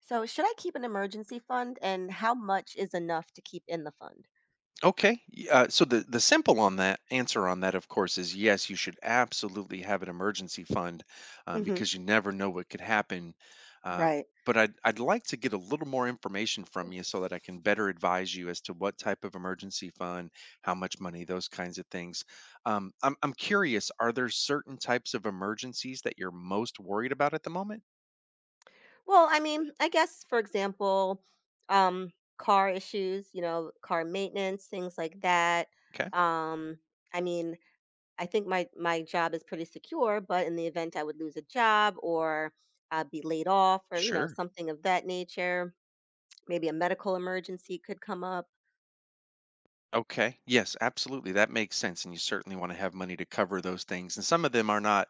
So, should I keep an emergency fund and how much is enough to keep in the fund? Okay. So the simple on that answer on that, of course, is yes. You should absolutely have an emergency fund Hmm. because you never know what could happen. Uh, Right. but I'd like to get a little more information from you so that I can better advise you as to what type of emergency fund, how much money, those kinds of things. I'm curious. Are there certain types of emergencies that you're most worried about at the moment? Well, I mean, I guess for example, um car issues, car maintenance, things like that. Okay. Um I mean, I think my job is pretty secure, but in the event I would lose a job or be laid off or, Sure. something of that nature, maybe a medical emergency could come up. Okay. Yes, absolutely. That makes sense. And you certainly want to have money to cover those things. And some of them are not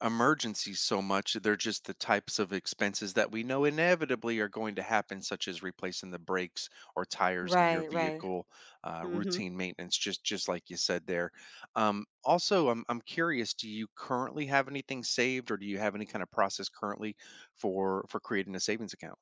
emergencies so much. They're just the types of expenses that we know inevitably are going to happen, such as replacing the brakes or tires on your Right. Right. vehicle, Mhm. routine maintenance, just like you said there. Also, I'm curious, do you currently have anything saved, or do you have any kind of process currently for creating a savings account?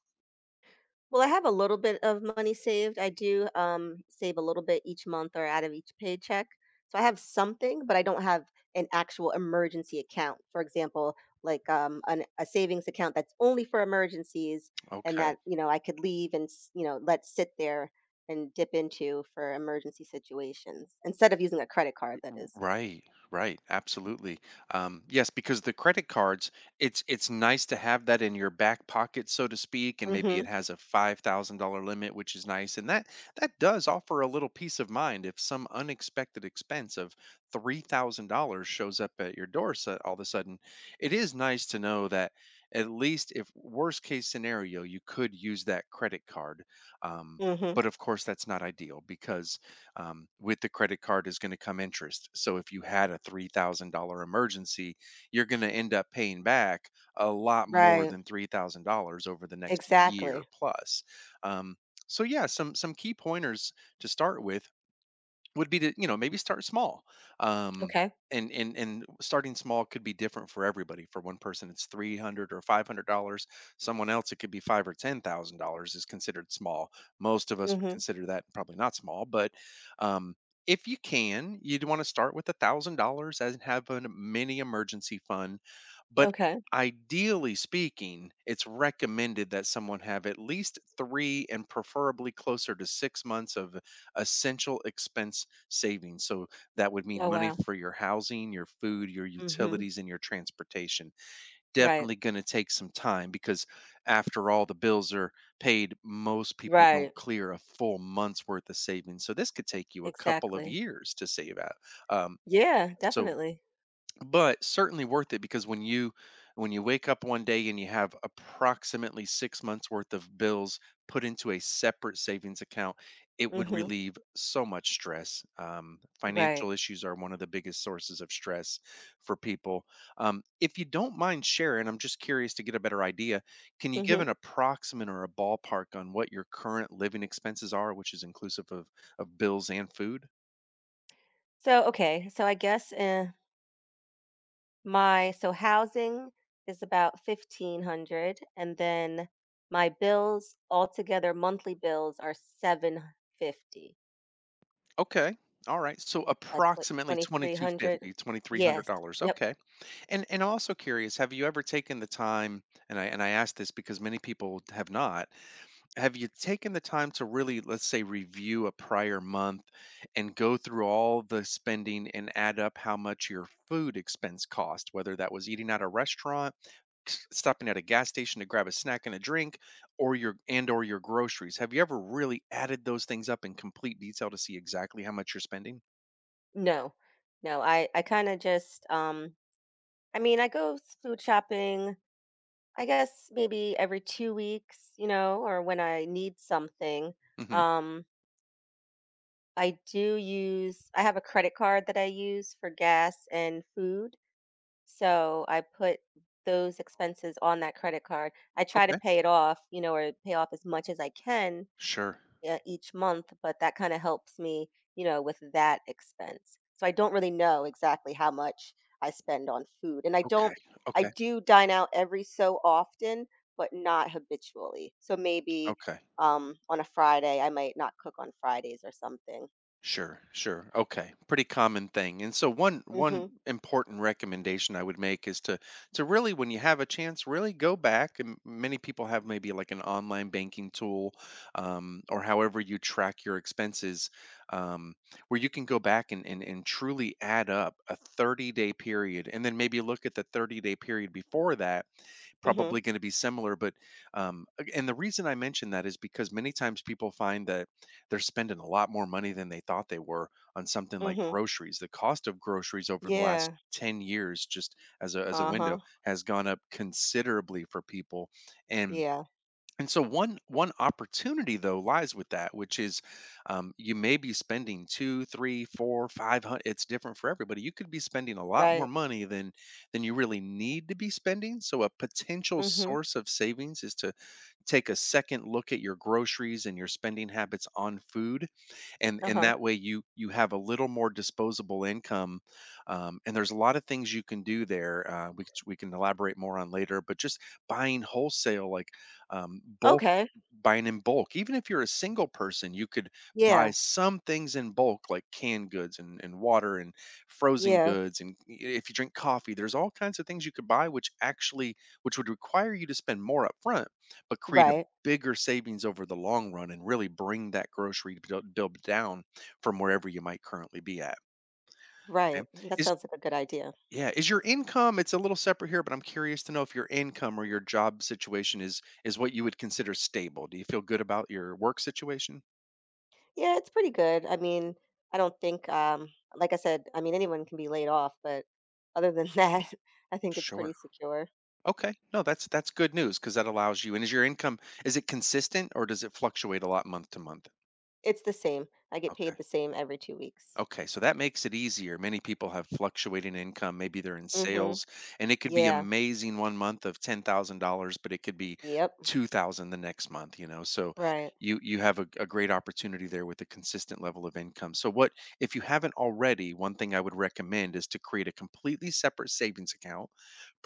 Well, I have a little bit of money saved. I do save a little bit each month or out of each paycheck. So I have something, but I don't have an actual emergency account. For example, like a savings account that's only for emergencies and that, Okay. you know, I could leave and let sit there and dip into for emergency situations instead of using a credit card, that is. Right, right, absolutely. Yes, because the credit cards, it's nice to have that in your back pocket, so to speak, and maybe it Mm-hmm. has a $5,000 limit, which is nice, and that does offer a little peace of mind if some unexpected expense of $3,000 shows up at your door, so all of a sudden. It is nice to know that at least if worst case scenario, you could use that credit card. Um, Mm-hmm. but of course, that's not ideal because with the credit card is going to come interest. So if you had a $3,000 emergency, you're going to end up paying back a lot more Right. than $3,000 over the next Exactly. year plus. Um, so yeah, some key pointers to start with would be to, maybe start small. um Okay. and and and starting small could be different for everybody. For one person, it's 300 or $500. Someone else, it could be five or ten thousand dollars is considered small. Most of us would Mm-hmm. consider that probably not small, but um if you can, you'd want to start with $1,000 and have a mini emergency fund. But Okay. ideally speaking, it's recommended that someone have at least 3 and preferably closer to 6 months of essential expense savings. So that would mean Oh, money wow. for your housing, your food, your Mm-hmm. utilities, and your transportation. Right. Definitely going to take some time because after all the bills are paid, most people Right. don't clear a full month's worth of savings. So this could take you a couple of Exactly. years to save out. Um, Yeah, so definitely. but certainly worth it because when you wake up one day and you have approximately 6 months worth of bills put into a separate savings account. It would Mhm. relieve so much stress. Right. Financial issues are one of the biggest sources of stress for people. If you don't mind sharing, I'm just curious to get a better idea. Can you give Mhm. an approximate or a ballpark on what your current living expenses are, which is inclusive of bills and food? So, okay, so I guess, eh, my so housing is about 1,500, and then my bills altogether, monthly bills are 750. Okay. All right. So That's like approximately twenty-two 2,300. fifty, twenty-three hundred Yes. dollars Yep. Okay. And I'm also curious, have you ever taken the time, and I ask this because many people have not, have you taken the time to really, let's say, review a prior month and go through all the spending and add up how much your food expense cost, whether that was eating at a restaurant, stopping at a gas station to grab a snack and a drink, or your, and or your groceries. Have you ever really added those things up in complete detail to see exactly how much you're spending? No. No, I kinda just, I mean, I go s food shopping, I guess, maybe every 2 weeks, or when I need something, Hmm. um I do use I have a credit card that I use for gas and food. So I put those expenses on that credit card. I try to Okay. pay it off, or pay off as much as I can Sure. Each month, but that kind of helps me with that expense. So I don't really know exactly how much I spend on food. And I Okay. don't I Okay. do dine out every so often, but not habitually. So maybe Okay. On a Friday I might not cook on Fridays or something. Sure, sure. Okay. Pretty common thing. And so one Mhm. important recommendation I would make is to really, when you have a chance, really go back. And many people have maybe like an online banking tool, or however you track your expenses, um, where you can go back and, and truly add up a 30-day period and then maybe look at the 30-day period before that. Mhm, Probably going to be similar. But ag- and the reason I mention that is because many times people find that they're spending a lot more money than they thought they were on something like mhm. groceries. The cost of groceries over the last Yeah. 10 years, just as a window, Uh-huh. has gone up considerably for people. And Yeah. and so one opportunity though lies with that, which is, you may be spending two, three, four, 500. It's different for everybody. You could be spending a lot more Right. money than you really need to be spending. So a potential Mhm. source of savings is to take a second look at your groceries and your spending habits on food. And Uh-huh. that way, you have a little more disposable income. And there's a lot of things you can do there, which we can elaborate more on later. But just buying wholesale, like, bulk, Okay. buying in bulk. Even if you're a single person, you could buy Yeah. some things in bulk, like canned goods and, water and frozen Yeah. goods. And if you drink coffee, there's all kinds of things you could buy which actually which would require you to spend more upfront, but create a Right. bigger savings over the long run and really bring that grocery bill down from wherever you might currently be at. Right. Okay. That Is sounds like a good idea. yeah, is your income, it's a little separate here, but I'm curious to know if your income or your job situation is what you would consider stable. Do you feel good about your work situation? Yeah, it's pretty good. I mean, I don't think like I said, I mean anyone can be laid off, but other than that, I think it's pretty Sure. secure. Okay. No, that's good news because that allows you. And is your income is it consistent or does it fluctuate a lot month to month? It's the same. I get paid the Okay. same every 2 weeks. Okay, so that makes it easier. Many people have fluctuating income. Maybe they're in Mhm. sales, and it could be Yeah. amazing one month of $10,000, but it could be Yep. 2,000 the next month. So Right. you have a great opportunity there with a consistent level of income. So what, if you haven't already, one thing I would recommend is to create a completely separate savings account,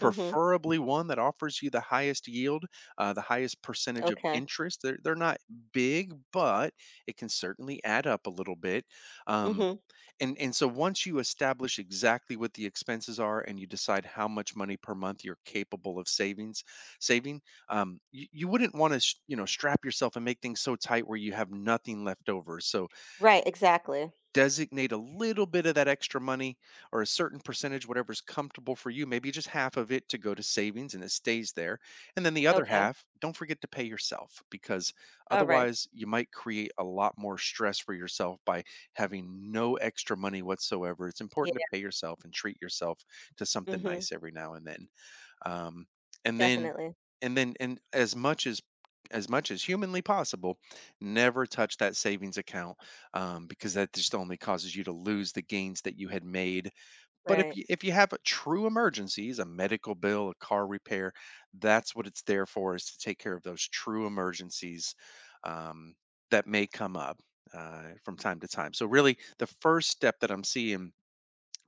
Mhm. one that offers you the highest yield, the highest percentage of Okay. interest. They're not big, but it can certainly add up a little bit. Um, Mhm. and so once you establish exactly what the expenses are and you decide how much money per month you're capable of saving, you wouldn't want to, strap yourself and make things so tight where you have nothing left over. So Right, exactly. designate a little bit of that extra money or a certain percentage, whatever's comfortable for you, maybe just half of it to go to savings and it stays there. And then the other Okay. half, don't forget to pay yourself because All right. otherwise you might create a lot more stress for yourself by having no extra money whatsoever. It's important to Yeah. pay yourself and treat yourself to something Mhm. nice every now and then. um, and then Definitely. and then and as much as humanly possible, never touch that savings account, because that just only causes you to lose the gains that you had made. But if Right. you if you have a true emergencies, a medical bill, a car repair, that's what it's there for, is to take care of those true emergencies um, that may come up from time to time. So really, the first step that I'm seeing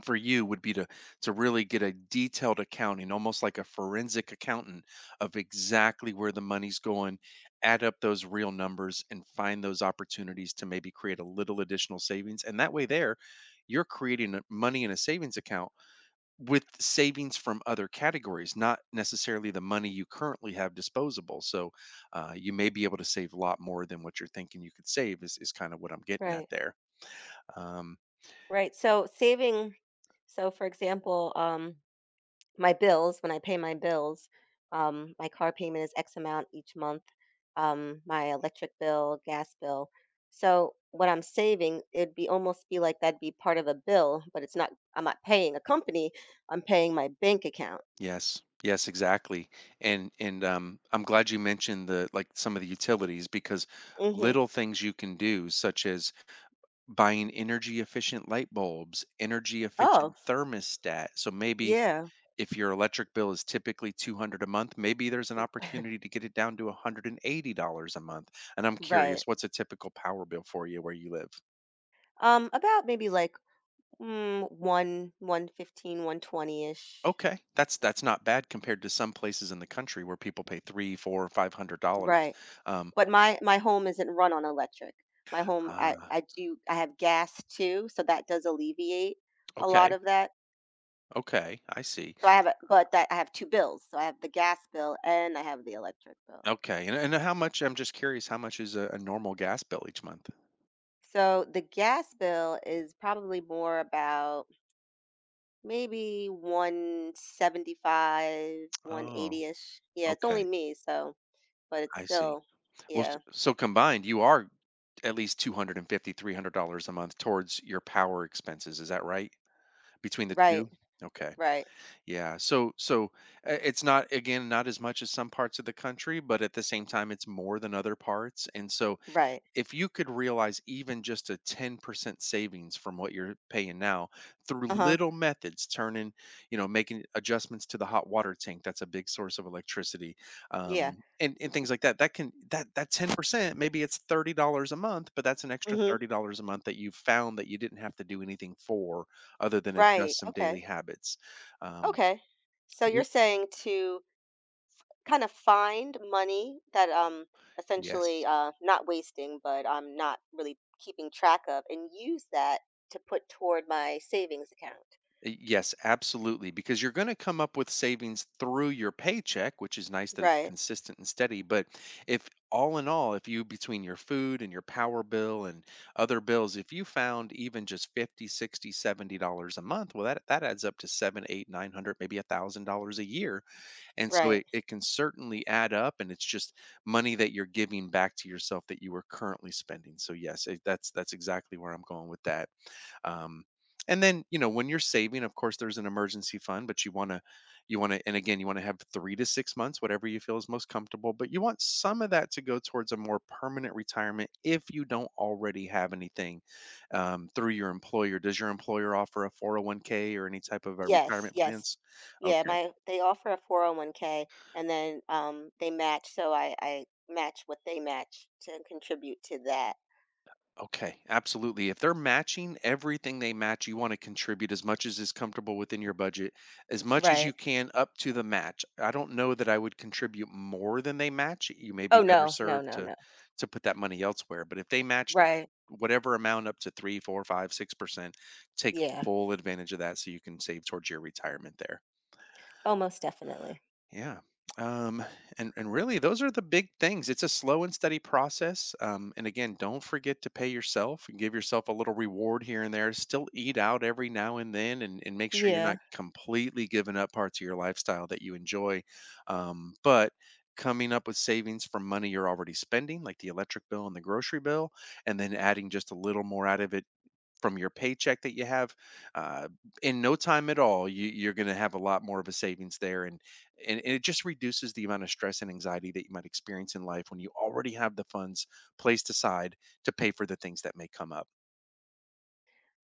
for you would be to really get a detailed accounting, almost like a forensic accountant, of exactly where the money's going. Add up those real numbers and find those opportunities to maybe create a little additional savings. And that way there, you're creating money in a savings account with savings from other categories, not necessarily the money you currently have disposable. So you may be able to save a lot more than what you're thinking you could save is kind of what I'm getting at Right. there. Um, Right. So, for example, my bills, when I pay my bills, my car payment is X amount each month, my electric bill, gas bill. So what I'm saving, it'd be almost be like that'd be part of a bill, but it's not I'm not paying a company, I'm paying my bank account. Yes. Yes, exactly. And I'm glad you mentioned the, like, some of the utilities because Mhm. little things you can do, such as buying energy efficient light bulbs, energy Oh, efficient thermostat. So maybe yeah. if your electric bill is typically 200 a month, maybe there's an opportunity to get it down to $180 a month. And I'm Right. curious, what's a typical power bill for you where you live? About maybe like 1 115, 120 ish. Okay, that's not bad compared to some places in the country where people pay three, four, $500. Right. Um, But my home isn't run on electric. My home, I ah, I do I have gas too, so that does alleviate a lot Okay, of that. okay, I see. So I have a but that I have 2 bills. So I have the gas bill and I have the electric bill. Okay, and how much, I'm just curious, how much is a normal gas bill each month? So the gas bill is probably more about maybe 175, Oh, 180ish. Yeah, it's only okay, me, so but it's I see. still, Well, s- yeah. so combined, you are at least 250, three hundred dollars a month towards your power expenses. Is that right? Between the Right, two? Okay. right, Yeah. So, it's not, again, not as much as some parts of the country, but at the same time, it's more than other parts. And so right. if you could realize even just a 10% savings from what you're paying now through Uh-huh. little methods, turning, making adjustments to the hot water tank. That's a big source of electricity. Yeah. And things like that, that can, that 10%, maybe it's $30 a month, but that's an extra Mhm. $30 a month that you found that you didn't have to do anything for, other than Right. adjust some daily Okay. habits. um, Okay. So wh- you're saying to kind of find money that essentially yes. Not wasting but I'm not really keeping track of and use that to put toward my savings account. Yes, absolutely. Because you're going to come up with savings through your paycheck, which is nice that it's Right. consistent and steady. But if, all in all, if you, between your food and your power bill and other bills, if you found even just 50, 60, $70 a month, well, that adds up to seven, eight, 900, maybe $1,000 a year. And so Right. It can certainly add up, and it's just money that you're giving back to yourself that you were currently spending. So yes, that's exactly where I'm going with that. Um, and then when you're saving, of course there's an emergency fund, but you want to and again, you want to have 3 to 6 months, whatever you feel is most comfortable, but you want some of that to go towards a more permanent retirement if you don't already have anything. Through your employer, does your employer offer a 401k or any type of Yes, retirement yes. plans? Yeah, Okay. my they offer a 401k, and then they match, so I match what they match to contribute to that. Okay, absolutely. If they're matching everything they match, you want to contribute as much as is comfortable within your budget, as much as Right. you can up to the match. I don't know that I would contribute more than they match. You may be Oh, better no, no, served no, to no. to put that money elsewhere. But if they match Right. whatever amount up to three, four, five, 6%, take Yeah. full advantage of that so you can save towards your retirement there. Almost definitely. Yeah. Um, and really, those are the big things. It's a slow and steady process. And again, don't forget to pay yourself and give yourself a little reward here and there. Still eat out every now and then, and make sure you're Yeah. not completely giving up parts of your lifestyle that you enjoy. But coming up with savings from money you're already spending, like the electric bill and the grocery bill, and then adding just a little more out of it from your paycheck that you have, uh, in no time at all, you're going to have a lot more of a savings there, and it just reduces the amount of stress and anxiety that you might experience in life when you already have the funds placed aside to pay for the things that may come up.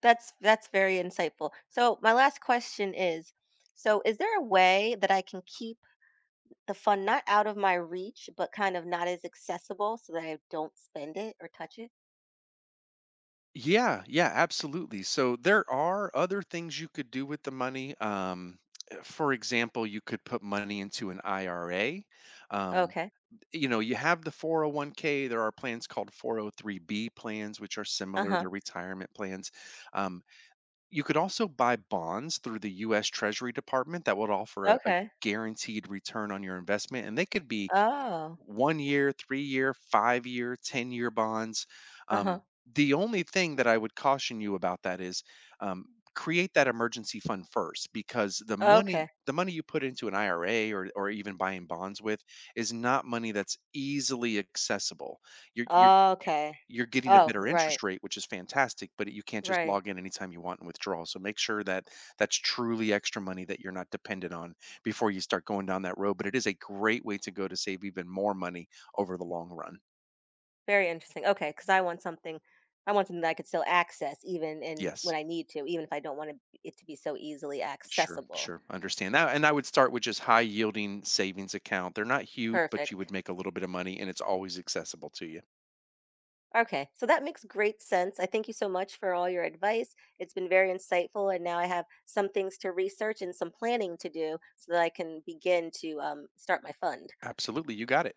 That's very insightful. So my last question is, so is there a way that I can keep the fun not out of my reach, but kind of not as accessible so that I don't spend it or touch it? Yeah, yeah, absolutely. So there are other things you could do with the money. For example, you could put money into an ira. um, Okay. You have the 401k. There are plans called 403b plans, which are similar. Uh-huh. They're retirement plans. Um, you could also buy bonds through the U.S. Treasury Department that would offer a Okay. guaranteed return on your investment, and they could be Oh. 1 year, 3 year, 5 year, 10-year bonds. Uh-huh. Um, the only thing that I would caution you about that is, um, create that emergency fund first, because the money Okay. the money you put into an IRA, or even buying bonds with, is not money that's easily accessible. You're Okay. Getting a Oh, better right. interest rate, which is fantastic, but you can't just Right. log in anytime you want and withdraw. So make sure that that's truly extra money that you're not dependent on before you start going down that road. But it is a great way to go to save even more money over the long run. Very interesting. Okay, because I want something that I could still access even in when Yes. I need to, even if I don't want it to be so easily Sure, accessible. sure. Understand that. And I would start with just high yielding savings account. They're not huge, but you Perfect. would make a little bit of money and it's always accessible to you. Okay, so that makes great sense. I thank you so much for all your advice. It's been very insightful, and now I have some things to research and some planning to do so that I can begin to start my fund. Absolutely. You got it.